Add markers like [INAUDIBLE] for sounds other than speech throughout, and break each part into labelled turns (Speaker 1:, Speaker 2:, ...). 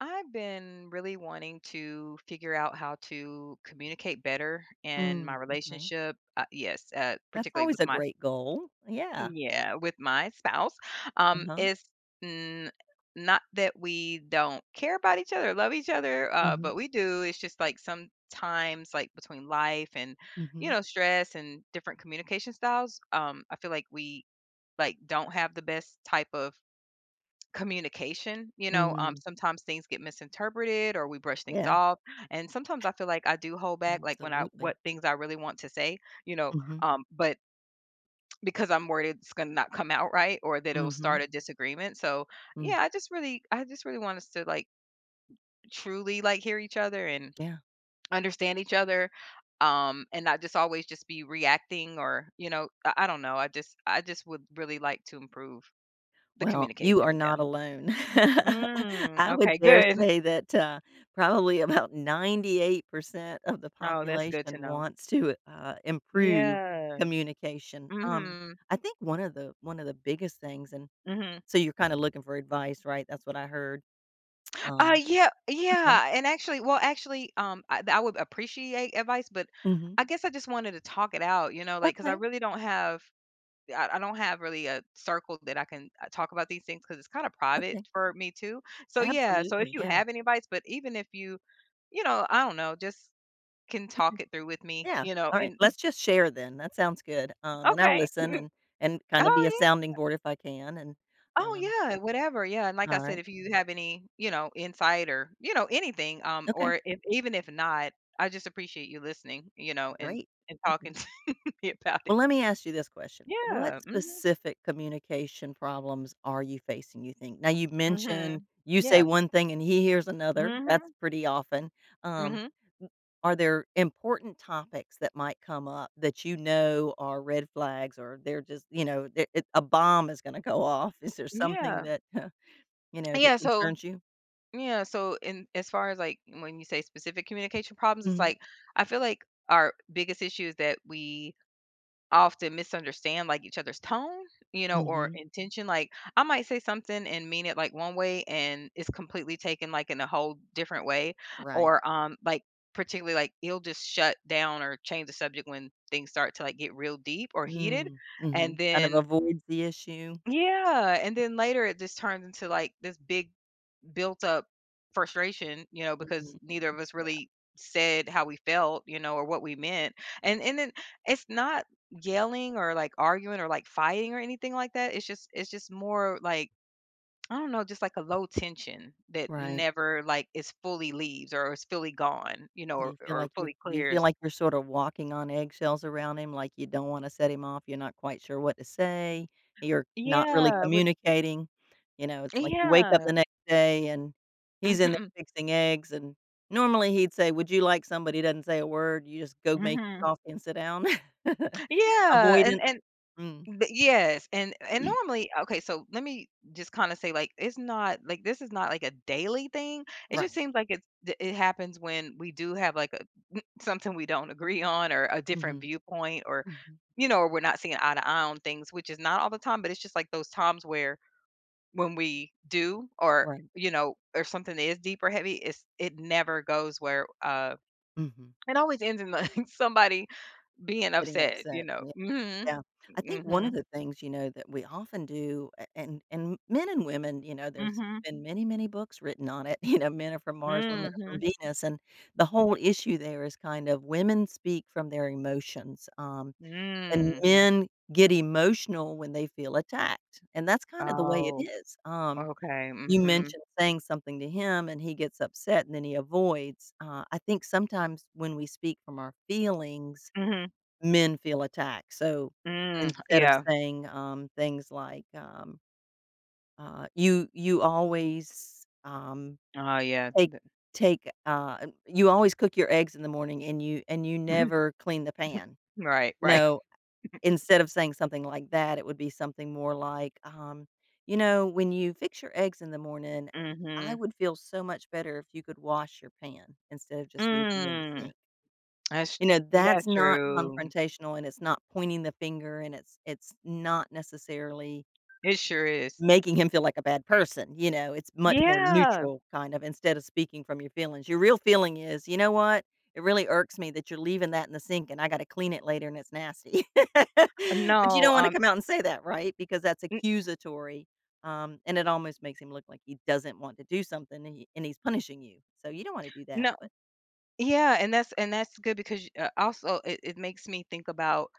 Speaker 1: I've been really wanting to figure out how to communicate better in my
Speaker 2: Mm, okay.
Speaker 1: relationship. Yes,
Speaker 2: That's
Speaker 1: particularly
Speaker 2: always
Speaker 1: with
Speaker 2: a
Speaker 1: my
Speaker 2: great goal. Yeah.
Speaker 1: mm, yeah, with my spouse.
Speaker 2: Uh-huh.
Speaker 1: It's n- not that we don't care about each other, love each other,
Speaker 2: Mhm.
Speaker 1: but we do. It's just like sometimes, like between life and
Speaker 2: Mhm.
Speaker 1: stress and different communication styles. I feel like we don't have the best type of communication,
Speaker 2: Mm.
Speaker 1: sometimes things get misinterpreted or we brush things
Speaker 2: Yeah,
Speaker 1: off, and sometimes I feel like I do hold back, like, when I
Speaker 2: absolutely.
Speaker 1: what things I really want to say, you know,
Speaker 2: Mhm.
Speaker 1: but because I'm worried it's gonna not come out right or that it'll
Speaker 2: Mhm.
Speaker 1: start a disagreement, so, yeah,
Speaker 2: Mm,
Speaker 1: I just really want us to, like, truly, like, hear each other and
Speaker 2: yeah.
Speaker 1: understand each other, and not just always just be reacting or, I don't know, I just would really like to improve the
Speaker 2: Well, you
Speaker 1: communication
Speaker 2: are
Speaker 1: with
Speaker 2: not
Speaker 1: them.
Speaker 2: alone. [LAUGHS]
Speaker 1: Mm,
Speaker 2: I would
Speaker 1: okay,
Speaker 2: dare
Speaker 1: good.
Speaker 2: say that, probably about 98% of the
Speaker 1: Oh, that's good to
Speaker 2: population
Speaker 1: know.
Speaker 2: wants to, improve
Speaker 1: Yeah.
Speaker 2: communication.
Speaker 1: Mhm.
Speaker 2: I think one of the biggest things and
Speaker 1: Mhm.
Speaker 2: so you're kinda looking for advice, right? That's what I heard. Um,
Speaker 1: Yeah,
Speaker 2: okay.
Speaker 1: yeah, and actually, I would appreciate advice, but
Speaker 2: Mhm.
Speaker 1: I guess I just wanted to talk it out, you know, like because I
Speaker 2: Okay.
Speaker 1: really don't have I don't have really a circle that I can, talk about these things because it's kinda private
Speaker 2: Okay.
Speaker 1: for me too. So, yeah, so if
Speaker 2: Absolutely,
Speaker 1: you
Speaker 2: yeah.
Speaker 1: have any advice, but even if you, you know, I don't know, just can
Speaker 2: Okay.
Speaker 1: talk it through with me,
Speaker 2: Yeah.
Speaker 1: you know,
Speaker 2: Alright,
Speaker 1: and [LAUGHS]
Speaker 2: let's just share then, that sounds good, and I'll
Speaker 1: Okay.
Speaker 2: listen and
Speaker 1: [LAUGHS]
Speaker 2: kinda be
Speaker 1: Oh,
Speaker 2: a
Speaker 1: yeah.
Speaker 2: sounding board if I can, and,
Speaker 1: Oh
Speaker 2: um
Speaker 1: yeah, whatever. Yeah, and like I said,
Speaker 2: alright.
Speaker 1: if you have any, you know, insight or you know anything,
Speaker 2: Okay,
Speaker 1: or if even if not, I just appreciate you listening, you know,
Speaker 2: great.
Speaker 1: and
Speaker 2: Okay.
Speaker 1: talking [LAUGHS] to me about it.
Speaker 2: Well, let me ask you this question. What
Speaker 1: Yeah. Mm-hmm.
Speaker 2: specific communication problems are you facing, you think? Now, you
Speaker 1: Mm-hmm.
Speaker 2: mentioned you say
Speaker 1: Yeah.
Speaker 2: one thing and he hears another. That's
Speaker 1: Mm-hmm.
Speaker 2: pretty often. Um,
Speaker 1: Mm-hmm.
Speaker 2: w- are there important topics that might come up that you know are red flags or they're just, you know, they- it, a bomb is going to go off? Is there something
Speaker 1: Yeah.
Speaker 2: that
Speaker 1: Yeah. So
Speaker 2: concerns you?
Speaker 1: yeah. So in as far as like when you say specific communication problems, it's
Speaker 2: Hmm.
Speaker 1: like I feel like our biggest issue is that we often misunderstand like each other's tone, you know, or
Speaker 2: Hmm.
Speaker 1: intention. Like I might say something and mean it like one way and it's completely taken like in a whole different way.
Speaker 2: Right.
Speaker 1: Or like particularly like he'll just shut down or change the subject when things start to like get real deep or heated.
Speaker 2: Mm-hmm.
Speaker 1: And
Speaker 2: Kind of
Speaker 1: then
Speaker 2: avoids the issue.
Speaker 1: yeah. And then later it just turns into like this big built up frustration, you know, because
Speaker 2: Mm-hmm.
Speaker 1: neither of us
Speaker 2: Yeah.
Speaker 1: really said how we felt, you know, or what we meant. And then it's not yelling or like arguing or like fighting or anything like that. It's just more like I don't know, just like a low tension that
Speaker 2: Right.
Speaker 1: never like is fully leaves or is fully gone, you know,
Speaker 2: Do you feel
Speaker 1: or
Speaker 2: like you
Speaker 1: fully
Speaker 2: do you feel
Speaker 1: clears.
Speaker 2: like you're sort of walking on eggshells around him, like you don't wanna set him off, you're not quite sure what to say, you're not really
Speaker 1: Yeah, with
Speaker 2: communicating? You know, it's like you wake up
Speaker 1: yeah.
Speaker 2: the next day and he's in there
Speaker 1: hmm
Speaker 2: fixing eggs, and normally he'd say, "Would you like somebody?" he doesn't say a word, you just go make your
Speaker 1: hmm
Speaker 2: coffee and sit down. [LAUGHS]
Speaker 1: Yeah,
Speaker 2: Avoidant.
Speaker 1: and
Speaker 2: Mm,
Speaker 1: But yes, and normally, okay, so let me just kind of say like it's not like this is not like a daily thing. It just
Speaker 2: right.
Speaker 1: seems like it's it happens when we do have like a [LAUGHS] something we don't agree on or a different
Speaker 2: Mhm,
Speaker 1: viewpoint or
Speaker 2: mhm,
Speaker 1: you know, or we're not seeing eye to eye on things, which is not all the time, but it's just like those times where when we do or
Speaker 2: right,
Speaker 1: you know, or something is deep or heavy, it's it never goes where
Speaker 2: mhm.
Speaker 1: it always ends in like [LAUGHS] somebody being
Speaker 2: Getting
Speaker 1: upset, you
Speaker 2: upset.
Speaker 1: know.
Speaker 2: Yeah.
Speaker 1: Mhm.
Speaker 2: Yeah. I think one of
Speaker 1: Mhm.
Speaker 2: the things, you know, that we often do a and men and women, you know, there's
Speaker 1: Mhm.
Speaker 2: been many, many books written on it. [LAUGHS] You know, men are from Mars, women are from
Speaker 1: Mhm.
Speaker 2: Venus, and the whole issue there is kind of women speak from their emotions, and
Speaker 1: Mm.
Speaker 2: men get emotional when they feel attacked, and that's kind of the way it
Speaker 1: Oh,
Speaker 2: is.
Speaker 1: okay,
Speaker 2: You
Speaker 1: mhm.
Speaker 2: mentioned saying something to him, and he gets upset, and then he avoids. I think sometimes when we speak from our feelings,
Speaker 1: Mhm.
Speaker 2: men feel attacked, so
Speaker 1: Mm,
Speaker 2: instead of
Speaker 1: yeah.
Speaker 2: saying, things like, "You always,
Speaker 1: Oh, yeah.
Speaker 2: take
Speaker 1: Th
Speaker 2: take you always cook your eggs in the morning and you
Speaker 1: [CLEARS THROAT]
Speaker 2: never clean the pan."
Speaker 1: [LAUGHS] Right,
Speaker 2: You
Speaker 1: right.
Speaker 2: know, instead of saying something like that, it would be something more like, "You know, when you fix your eggs in the morning, I
Speaker 1: Mhm.
Speaker 2: would feel so much better if you could wash your pan instead of just leaving it in the
Speaker 1: Mm.
Speaker 2: sink."
Speaker 1: That's
Speaker 2: You know, that's
Speaker 1: that's
Speaker 2: not
Speaker 1: true.
Speaker 2: confrontational, and it's not pointing the finger, and it's not necessarily
Speaker 1: It sure is.
Speaker 2: making him feel like a bad person, you know? It's much more
Speaker 1: Yeah.
Speaker 2: neutral kind of instead of speaking from your feelings. Your real feeling is, "You know what? It really irks me that you're leaving that in the sink, and I gotta clean it later, and it's nasty." [LAUGHS] But you
Speaker 1: No,
Speaker 2: don't wanna come out and say that, right? Because that's
Speaker 1: n
Speaker 2: accusatory, and it almost makes him look like he doesn't want to do something, and he's punishing you. So you don't wanna do that,
Speaker 1: no.
Speaker 2: but.
Speaker 1: Yeah, and that's good because, also it makes me think about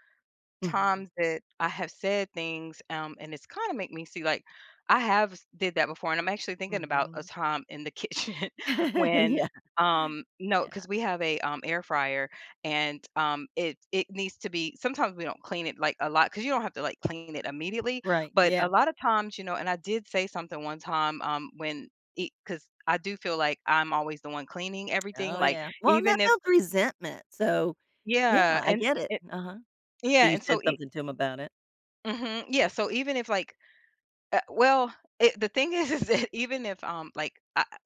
Speaker 2: Mhm,
Speaker 1: times that I have said things, and it's kinda make me see, like, I have s did that before, and I'm actually thinking about a
Speaker 2: mhm.
Speaker 1: time in the kitchen [LAUGHS]
Speaker 2: [LAUGHS]
Speaker 1: when,
Speaker 2: Yeah.
Speaker 1: no,
Speaker 2: Yeah.
Speaker 1: because we have a, air fryer, and, it it needs to be sometimes we don't clean it, like, a lot because you don't have to, like, clean it immediately,
Speaker 2: Right.
Speaker 1: but
Speaker 2: Yeah.
Speaker 1: a lot of times, you know and I did say something one time, when because I do feel like I'm always the one cleaning everything,
Speaker 2: Oh,
Speaker 1: like,
Speaker 2: yeah. Well, and that
Speaker 1: even if
Speaker 2: builds resentment. So, yeah,
Speaker 1: Yeah,
Speaker 2: I
Speaker 1: and
Speaker 2: get it.
Speaker 1: it
Speaker 2: Uh-huh. So
Speaker 1: Yeah,
Speaker 2: you
Speaker 1: and
Speaker 2: said
Speaker 1: so e
Speaker 2: something to him about it?
Speaker 1: Mhm, yeah, so even if, like, uh, well, it the thing [LAUGHS] is that even if, like, I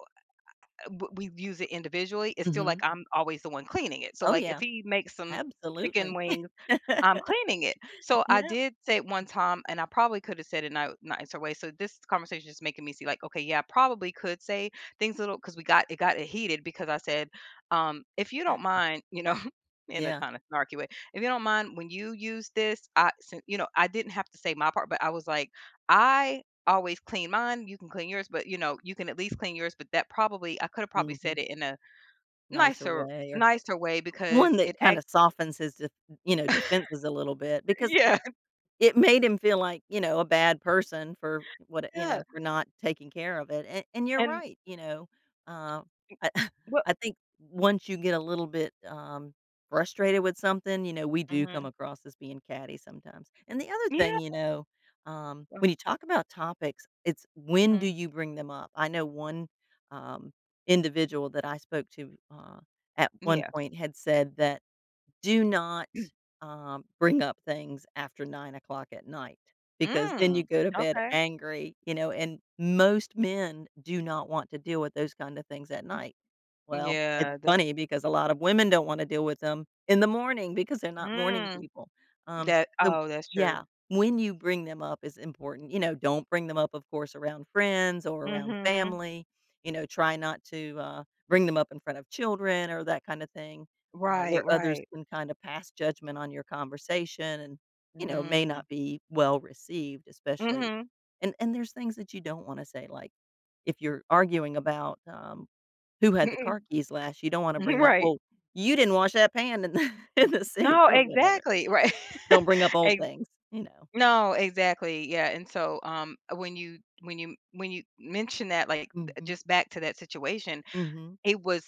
Speaker 1: w we use it individually, it's still like
Speaker 2: Mhm.
Speaker 1: I'm always the one cleaning it, so,
Speaker 2: Oh,
Speaker 1: like, if
Speaker 2: yeah.
Speaker 1: he makes some chicken
Speaker 2: Absolutely.
Speaker 1: wings I'm
Speaker 2: [LAUGHS]
Speaker 1: cleaning it. So I
Speaker 2: Yeah.
Speaker 1: did say it one time, and I probably could have said it in a nicer way. So this conversation is making me see, like, okay, yeah, I probably could say things a little because we got it heated because I said, if you don't mind, you know, [LAUGHS] in a
Speaker 2: Yeah.
Speaker 1: kind of snarky way, if you don't mind when you use this, I, you know, I didn't have to say my part, but I was like, I always clean mine. You can clean yours, but you know, you can at least clean yours. But that probably I could have probably
Speaker 2: Mhm.
Speaker 1: said it in a
Speaker 2: Nicer
Speaker 1: nicer
Speaker 2: way or
Speaker 1: nicer way
Speaker 2: one
Speaker 1: because
Speaker 2: that
Speaker 1: it
Speaker 2: kinda
Speaker 1: act
Speaker 2: softens his defenses a little bit because
Speaker 1: [LAUGHS] yeah
Speaker 2: it made him feel like, a bad person for
Speaker 1: yeah
Speaker 2: not taking care of it, and you're
Speaker 1: and
Speaker 2: right, uh, I [LAUGHS] I think once you get a little bit, frustrated with something, we do come
Speaker 1: Mhm.
Speaker 2: across as being catty sometimes, and the other thing,
Speaker 1: Yeah. Oh,
Speaker 2: when you talk about topics, it's when do
Speaker 1: mhm.
Speaker 2: you bring them up? I know one, um, individual that I spoke to, at one
Speaker 1: Yeah.
Speaker 2: point had said that do not,
Speaker 1: Mm.
Speaker 2: bring up things after 9 o'clock at night because then
Speaker 1: Mm.
Speaker 2: you go to bed
Speaker 1: Okay.
Speaker 2: angry, you know, and most men do not want to deal with those kind of things at night. Well, it's
Speaker 1: Yeah, that's
Speaker 2: funny because a lot of women don't wanna deal with them in the morning because they're not morning
Speaker 1: mm.
Speaker 2: people. Um,
Speaker 1: That
Speaker 2: so
Speaker 1: oh, that's
Speaker 2: yeah,
Speaker 1: true.
Speaker 2: when you bring them up is important. You know, don't bring them up, of course, around friends or around
Speaker 1: Mhm.
Speaker 2: family. You know, try not to, bring them up in front of children or that kinda thing, where
Speaker 1: Right,
Speaker 2: others
Speaker 1: right.
Speaker 2: can kind of pass judgment on your conversation, and may
Speaker 1: Mm.
Speaker 2: not be well received, especially.
Speaker 1: Mhm.
Speaker 2: And there's things that you don't want to say, like if you're arguing about, who had the car
Speaker 1: [LAUGHS]
Speaker 2: keys last, you don't want to bring up,
Speaker 1: Right.
Speaker 2: well, you didn't wash that pan in the, [LAUGHS] in the sink
Speaker 1: No,
Speaker 2: or whatever.
Speaker 1: exactly, right.
Speaker 2: Don't bring up
Speaker 1: [LAUGHS]
Speaker 2: old
Speaker 1: Ex
Speaker 2: things you know
Speaker 1: no, exactly, yeah, and so, when you when you when you mention that, like, th
Speaker 2: hmm.
Speaker 1: just back to that situation,
Speaker 2: Hmm.
Speaker 1: it was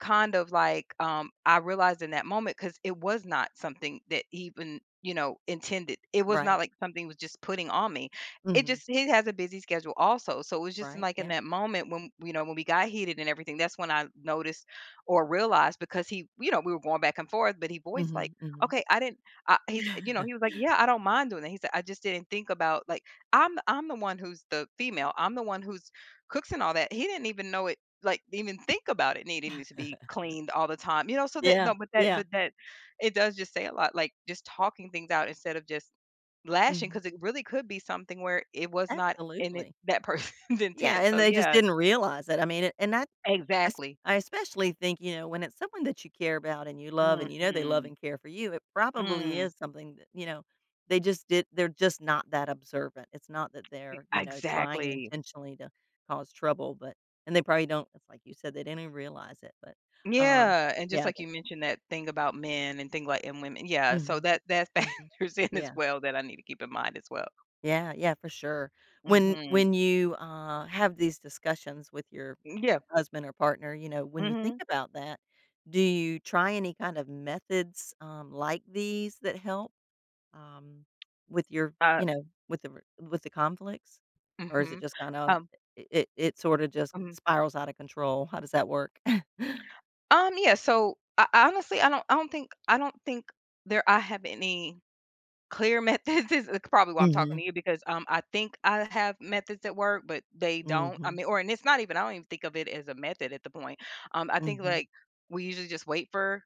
Speaker 1: kind of like, I realized in that moment because it was not something that he even, you know, intended. It was not
Speaker 2: Right.
Speaker 1: like something he was just putting on me. It
Speaker 2: Hmm.
Speaker 1: just he has a busy schedule also, so it was just in,
Speaker 2: Right.
Speaker 1: like, in
Speaker 2: Yeah.
Speaker 1: that moment when, you know, when we got heated and everything, that's when I noticed or realized because he you know, we were going back and forth, but he voiced
Speaker 2: Hmm.
Speaker 1: like,
Speaker 2: Hmm.
Speaker 1: "Okay, I didn't." I he's you know, he was
Speaker 2: [LAUGHS]
Speaker 1: like, "Yeah, I don't mind doing that." He said, "I just didn't think about," like, I'm the one who's the female. I'm the one who's cooks and all that. He didn't even know it like even think about it needing to be cleaned all the time, you know, so that
Speaker 2: Yeah.
Speaker 1: no,
Speaker 2: Yeah.
Speaker 1: but that it does just say a lot, like just talking things out instead of just lashing,
Speaker 2: Hmm.
Speaker 1: because it really could be something where it was not in it
Speaker 2: Absolutely.
Speaker 1: that person's [LAUGHS]
Speaker 2: Yeah,
Speaker 1: intent.
Speaker 2: and
Speaker 1: So
Speaker 2: they just
Speaker 1: yeah,
Speaker 2: didn't realize it. I mean, it- and that I s
Speaker 1: exactly.
Speaker 2: I especially think, you know, when it's someone that you care about and you love and you know they love
Speaker 1: Mhm.
Speaker 2: and care for you, it probably
Speaker 1: Mm.
Speaker 2: is something that, you know, they just did they're just not that observant. It's not that they're, you know, trying
Speaker 1: Exactly.
Speaker 2: intentionally to cause trouble, but and they probably don't, it's like you said, they didn't even realize it, but, um,
Speaker 1: Yeah, and just
Speaker 2: yeah,
Speaker 1: like you
Speaker 2: that's.
Speaker 1: mentioned that thing about men and thing like and women. Yeah, so
Speaker 2: Mhm,
Speaker 1: that that [LAUGHS]
Speaker 2: mhm.
Speaker 1: factors in as
Speaker 2: Yeah,
Speaker 1: well that I need to keep in mind as well.
Speaker 2: yeah, yeah, for sure. When
Speaker 1: Mhm.
Speaker 2: when you, have these discussions with your
Speaker 1: Yeah.
Speaker 2: husband or partner, when you think
Speaker 1: Mhm.
Speaker 2: about that, do you try any kind of methods, like these that help, um, with your
Speaker 1: Uh.
Speaker 2: you know, with the r with the conflicts? Or is it
Speaker 1: Mhm.
Speaker 2: just kinda it sorta just
Speaker 1: Um.
Speaker 2: spirals out of control? How does that work? [LAUGHS]
Speaker 1: Yeah, so I honestly, I don't think there I have any clear methods. [LAUGHS] This is probably why I'm talking
Speaker 2: Mhm.
Speaker 1: to you because I think I have methods at work, but they don't. I
Speaker 2: Mhm.
Speaker 1: mean, or and it's not even I don't even think of it as a method at the point. I think
Speaker 2: Mhm.
Speaker 1: like we usually just wait for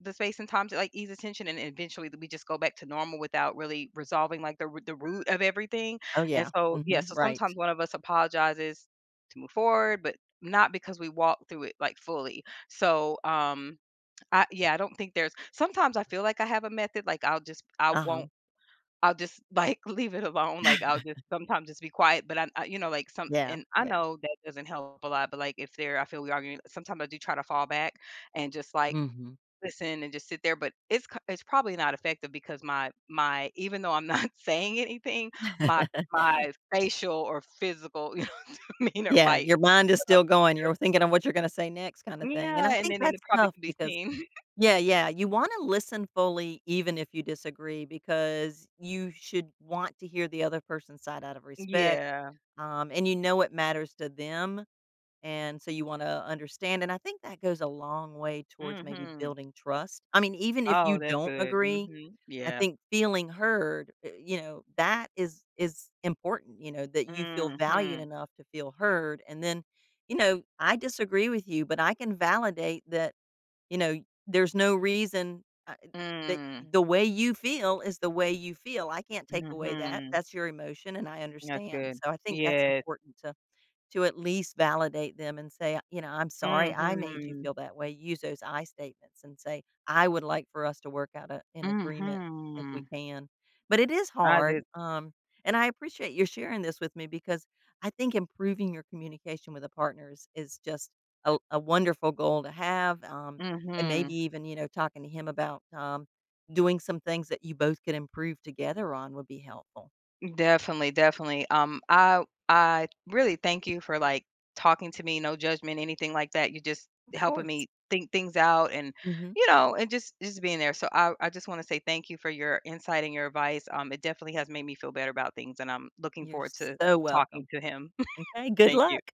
Speaker 1: the space and time to like ease attention, and eventually we just go back to normal without really resolving like the, the root of everything
Speaker 2: Oh,
Speaker 1: and
Speaker 2: yeah.
Speaker 1: so yeah
Speaker 2: Mhm.
Speaker 1: so
Speaker 2: Right.
Speaker 1: sometimes one of us apologizes to move forward but not because we walk through it like fully so I yeah I don't think there's sometimes I feel like I have a method like I
Speaker 2: Uh-huh.
Speaker 1: won't I'll just [LAUGHS] like leave it alone. Like I'll
Speaker 2: [LAUGHS]
Speaker 1: just sometimes just be quiet. But you know, like some,
Speaker 2: Yeah,
Speaker 1: and I
Speaker 2: yeah.
Speaker 1: know that doesn't help a lot. But like if there, I feel we arguing. Sometimes I do try to fall back and just like
Speaker 2: Mhm.
Speaker 1: listen and just sit there, but it's probably not effective because my even though I'm not [LAUGHS] saying anything, my
Speaker 2: [LAUGHS]
Speaker 1: facial or physical, [LAUGHS] you know what I mean, or
Speaker 2: Yeah,
Speaker 1: my
Speaker 2: your mind is still
Speaker 1: [LAUGHS]
Speaker 2: going, you're thinking of what you're gonna say next kinda thing, and
Speaker 1: yeah,
Speaker 2: I
Speaker 1: and
Speaker 2: think
Speaker 1: then it
Speaker 2: that's
Speaker 1: probably
Speaker 2: tough
Speaker 1: could be
Speaker 2: because.
Speaker 1: seen. [LAUGHS]
Speaker 2: Yeah, yeah. You wanna listen fully even if you disagree because you should want to hear the other person's side out of respect,
Speaker 1: Yeah.
Speaker 2: and you know it matters to them, and so you wanna understand, and I think that goes a long way towards maybe
Speaker 1: Mhm.
Speaker 2: building trust. I mean, even if you
Speaker 1: Oh, that's
Speaker 2: don't
Speaker 1: good.
Speaker 2: agree,
Speaker 1: Mhm.
Speaker 2: I
Speaker 1: Yeah.
Speaker 2: think feeling heard, that is important, you know, that you feel valued
Speaker 1: Mhm.
Speaker 2: enough to feel heard, and then, "I disagree with you, but I can validate that you know, there's no reason, that
Speaker 1: Mm.
Speaker 2: the way you feel is the way you feel. I can't take away that.
Speaker 1: Mhm.
Speaker 2: That's your emotion, and I
Speaker 1: That's
Speaker 2: understand."
Speaker 1: good.
Speaker 2: So I think that's
Speaker 1: Yes.
Speaker 2: important to at least validate them and say, "I'm sorry I made you
Speaker 1: Mhm.
Speaker 2: feel that way." Use those "I" statements and say, "I would like for us to work out a an agreement if we
Speaker 1: Mhm.
Speaker 2: can." But it is
Speaker 1: I
Speaker 2: hard,
Speaker 1: did
Speaker 2: and I appreciate your sharing this with me because I think improving your communication with a partner is just a wonderful goal to have, and maybe
Speaker 1: mhm.
Speaker 2: even, talking to him about, doing some things that you both could improve together on would be helpful.
Speaker 1: Definitely, definitely. I really thank you for like talking to me, no judgment, anything like that. You're just
Speaker 2: Of
Speaker 1: helping
Speaker 2: course.
Speaker 1: me think things out and
Speaker 2: Mhm.
Speaker 1: you know, and just being there. So I just want to say thank you for your insight and your advice. It definitely has made me feel better about things and I'm looking
Speaker 2: You're
Speaker 1: forward to
Speaker 2: so
Speaker 1: talking
Speaker 2: welcome.
Speaker 1: to him. [LAUGHS]
Speaker 2: Okay, good
Speaker 1: Thank
Speaker 2: luck.
Speaker 1: you.